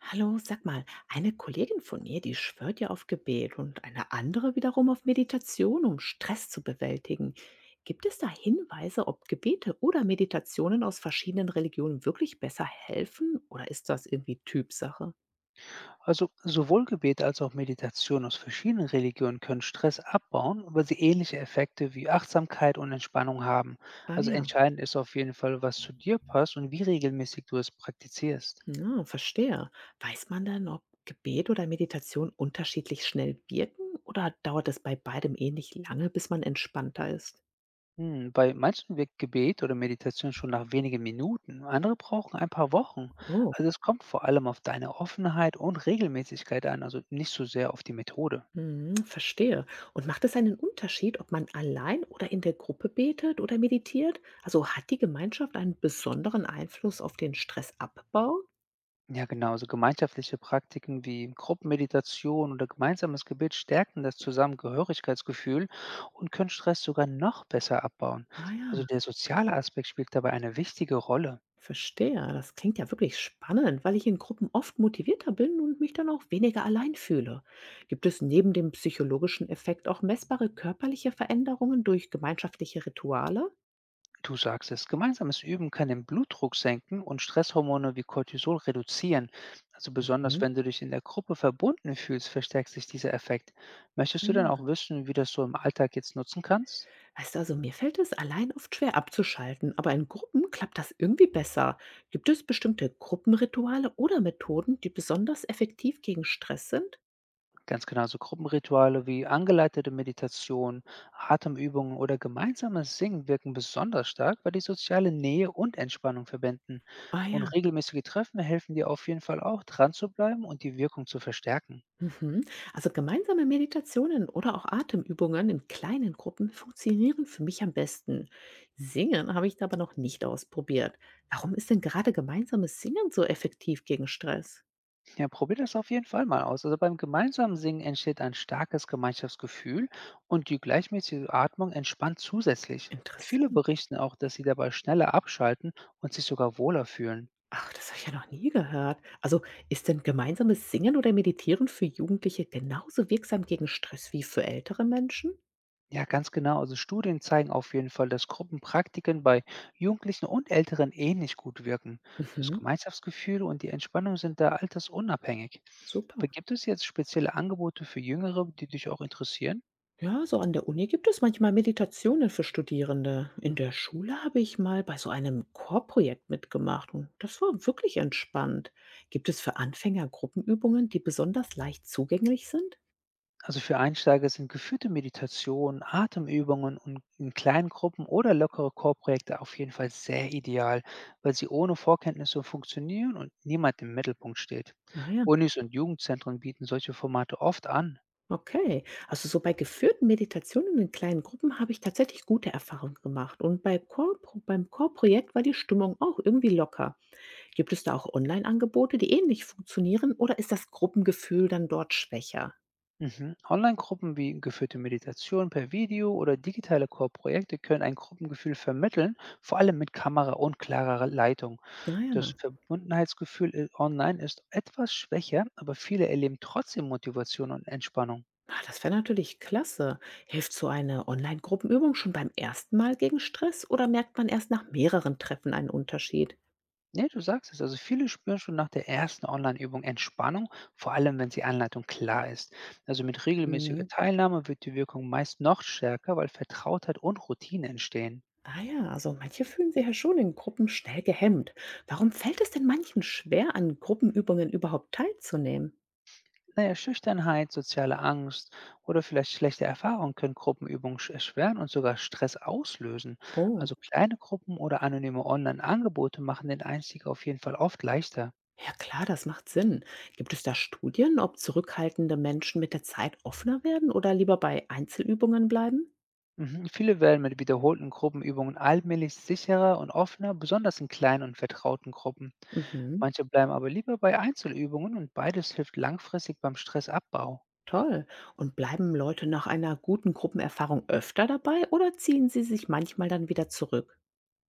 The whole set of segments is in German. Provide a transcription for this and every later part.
Hallo, sag mal, eine Kollegin von mir, die schwört ja auf Gebet und eine andere wiederum auf Meditation, um Stress zu bewältigen. Gibt es da Hinweise, ob Gebete oder Meditationen aus verschiedenen Religionen wirklich besser helfen oder ist das irgendwie Typsache? Also sowohl Gebet als auch Meditation aus verschiedenen Religionen können Stress abbauen, weil sie ähnliche Effekte wie Achtsamkeit und Entspannung haben. Ah Also ja, entscheidend ist auf jeden Fall, was zu dir passt und wie regelmäßig du es praktizierst. ja, verstehe. Weiß man dann, ob Gebet oder Meditation unterschiedlich schnell wirken oder dauert es bei beidem ähnlich lange, bis man entspannter ist? Bei manchen wirkt Gebet oder Meditation schon nach wenigen Minuten, andere brauchen ein paar Wochen. Oh. Also es kommt vor allem auf deine Offenheit und Regelmäßigkeit an, also nicht so sehr auf die Methode. Mhm, verstehe. Und macht es einen Unterschied, ob man allein oder in der Gruppe betet oder meditiert? Also hat die Gemeinschaft einen besonderen Einfluss auf den Stressabbau? Ja, genau. So gemeinschaftliche Praktiken wie Gruppenmeditation oder gemeinsames Gebet stärken das Zusammengehörigkeitsgefühl und können Stress sogar noch besser abbauen. Ah Also ja, der soziale Aspekt spielt dabei eine wichtige Rolle. verstehe. Das klingt ja wirklich spannend, weil ich in Gruppen oft motivierter bin und mich dann auch weniger allein fühle. Gibt es neben dem psychologischen Effekt auch messbare körperliche Veränderungen durch gemeinschaftliche Rituale? Du sagst es, gemeinsames Üben kann den Blutdruck senken und Stresshormone wie Cortisol reduzieren. Also besonders Mhm. wenn du dich in der Gruppe verbunden fühlst, verstärkt sich dieser Effekt. Ah Möchtest du dann ja. auch wissen, wie das so im Alltag jetzt nutzen kannst? Weißt du, also mir fällt es allein oft schwer abzuschalten, aber in Gruppen klappt das irgendwie besser. Gibt es bestimmte Gruppenrituale oder Methoden, die besonders effektiv gegen Stress sind? Ganz genau, so Gruppenrituale wie angeleitete Meditation, Atemübungen oder gemeinsames Singen wirken besonders stark, weil die soziale Nähe und Entspannung verbinden. Ah ja. Und regelmäßige Treffen helfen dir auf jeden Fall auch, dran zu bleiben und die Wirkung zu verstärken. Mhm. Also gemeinsame Meditationen oder auch Atemübungen in kleinen Gruppen funktionieren für mich am besten. Singen habe ich aber noch nicht ausprobiert. Warum ist denn gerade gemeinsames Singen so effektiv gegen Stress? Ja, probier das auf jeden Fall mal aus. Also beim gemeinsamen Singen entsteht ein starkes Gemeinschaftsgefühl und die gleichmäßige Atmung entspannt zusätzlich. Und viele Interessant. berichten auch, dass sie dabei schneller abschalten und sich sogar wohler fühlen. Ach, das habe ich ja noch nie gehört. Also ist denn gemeinsames Singen oder Meditieren für Jugendliche genauso wirksam gegen Stress wie für ältere Menschen? Ja, ganz genau. Also Studien zeigen auf jeden Fall, dass Gruppenpraktiken bei Jugendlichen und Älteren ähnlich gut wirken. Das Mhm, Gemeinschaftsgefühl und die Entspannung sind da altersunabhängig. super. Aber gibt es jetzt spezielle Angebote für Jüngere, die dich auch interessieren? Ja, so an der Uni gibt es manchmal Meditationen für Studierende. In der Schule habe ich mal bei so einem Chorprojekt mitgemacht und das war wirklich entspannt. Gibt es für Anfänger Gruppenübungen, die besonders leicht zugänglich sind? Also für Einsteiger sind geführte Meditationen, Atemübungen und in kleinen Gruppen oder lockere Chorprojekte auf jeden Fall sehr ideal, weil sie ohne Vorkenntnisse funktionieren und niemand im Mittelpunkt steht. Naja. Unis und Jugendzentren bieten solche Formate oft an. Okay, also so bei geführten Meditationen in kleinen Gruppen habe ich tatsächlich gute Erfahrungen gemacht. Beim Chorprojekt war die Stimmung auch irgendwie locker. Gibt es da auch Online-Angebote, die ähnlich funktionieren oder ist das Gruppengefühl dann dort schwächer? Mhm. Online-Gruppen wie geführte Meditation per Video oder digitale Koop-Projekte können ein Gruppengefühl vermitteln, vor allem mit Kamera und klarer Leitung. Das Naja, Verbundenheitsgefühl online ist etwas schwächer, aber viele erleben trotzdem Motivation und Entspannung. ah, das wäre natürlich klasse. Hilft so eine Online-Gruppenübung schon beim ersten Mal gegen Stress oder merkt man erst nach mehreren Treffen einen Unterschied? Nee, du sagst es. Also viele spüren schon nach der ersten Online-Übung Entspannung, vor allem wenn die Anleitung klar ist. Also mit regelmäßiger Teilnahme wird die Wirkung meist noch stärker, weil Vertrautheit und Routine entstehen. Ah ja, also manche fühlen sich ja schon in Gruppen schnell gehemmt. Warum fällt es denn manchen schwer, an Gruppenübungen überhaupt teilzunehmen? Naja, Schüchternheit, soziale Angst oder vielleicht schlechte Erfahrungen können Gruppenübungen erschweren und sogar Stress auslösen. Oh. Also kleine Gruppen oder anonyme Online-Angebote machen den Einstieg auf jeden Fall oft leichter. Ja klar, das macht Sinn. Gibt es da Studien, ob zurückhaltende Menschen mit der Zeit offener werden oder lieber bei Einzelübungen bleiben? Mhm. Viele werden mit wiederholten Gruppenübungen allmählich sicherer und offener, besonders in kleinen und vertrauten Gruppen. Mhm, Manche bleiben aber lieber bei Einzelübungen und beides hilft langfristig beim Stressabbau. toll. Und bleiben Leute nach einer guten Gruppenerfahrung öfter dabei oder ziehen sie sich manchmal dann wieder zurück?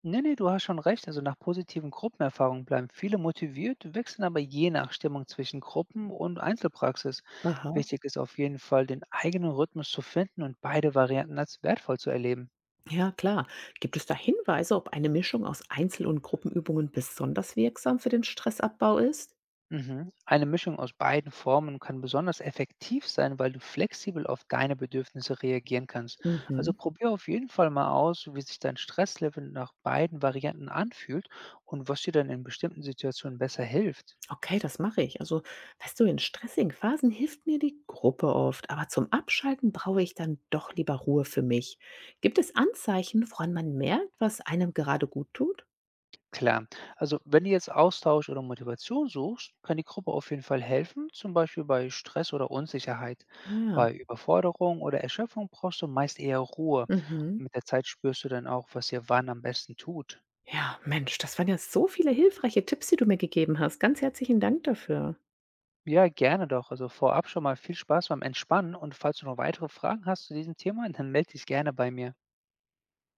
Nee, nee, du hast schon recht. Also nach positiven Gruppenerfahrungen bleiben viele motiviert, wechseln aber je nach Stimmung zwischen Gruppen und Einzelpraxis. Aha. Wichtig ist auf jeden Fall, den eigenen Rhythmus zu finden und beide Varianten als wertvoll zu erleben. Ja, klar. Gibt es da Hinweise, ob eine Mischung aus Einzel- und Gruppenübungen besonders wirksam für den Stressabbau ist? Mhm. Eine Mischung aus beiden Formen kann besonders effektiv sein, weil du flexibel auf deine Bedürfnisse reagieren kannst. Also Mhm. probier auf jeden Fall mal aus, wie sich dein Stresslevel nach beiden Varianten anfühlt und was dir dann in bestimmten Situationen besser hilft. Okay, das mache ich. Also, weißt du, in stressigen Phasen hilft mir die Gruppe oft, aber zum Abschalten brauche ich dann doch lieber Ruhe für mich. Gibt es Anzeichen, woran man merkt, was einem gerade gut tut? Klar. Also, wenn du jetzt Austausch oder Motivation suchst, kann die Gruppe auf jeden Fall helfen, zum Beispiel bei Stress oder Unsicherheit. Ah Bei ja. Überforderung oder Erschöpfung brauchst du meist eher Ruhe. Mhm. Und mit der Zeit spürst du dann auch, was dir wann am besten tut. Ja, Mensch, das waren ja so viele hilfreiche Tipps, die du mir gegeben hast. Ganz herzlichen Dank dafür. Ja, gerne doch. Also vorab schon mal viel Spaß beim Entspannen und falls du noch weitere Fragen hast zu diesem Thema, dann melde dich gerne bei mir.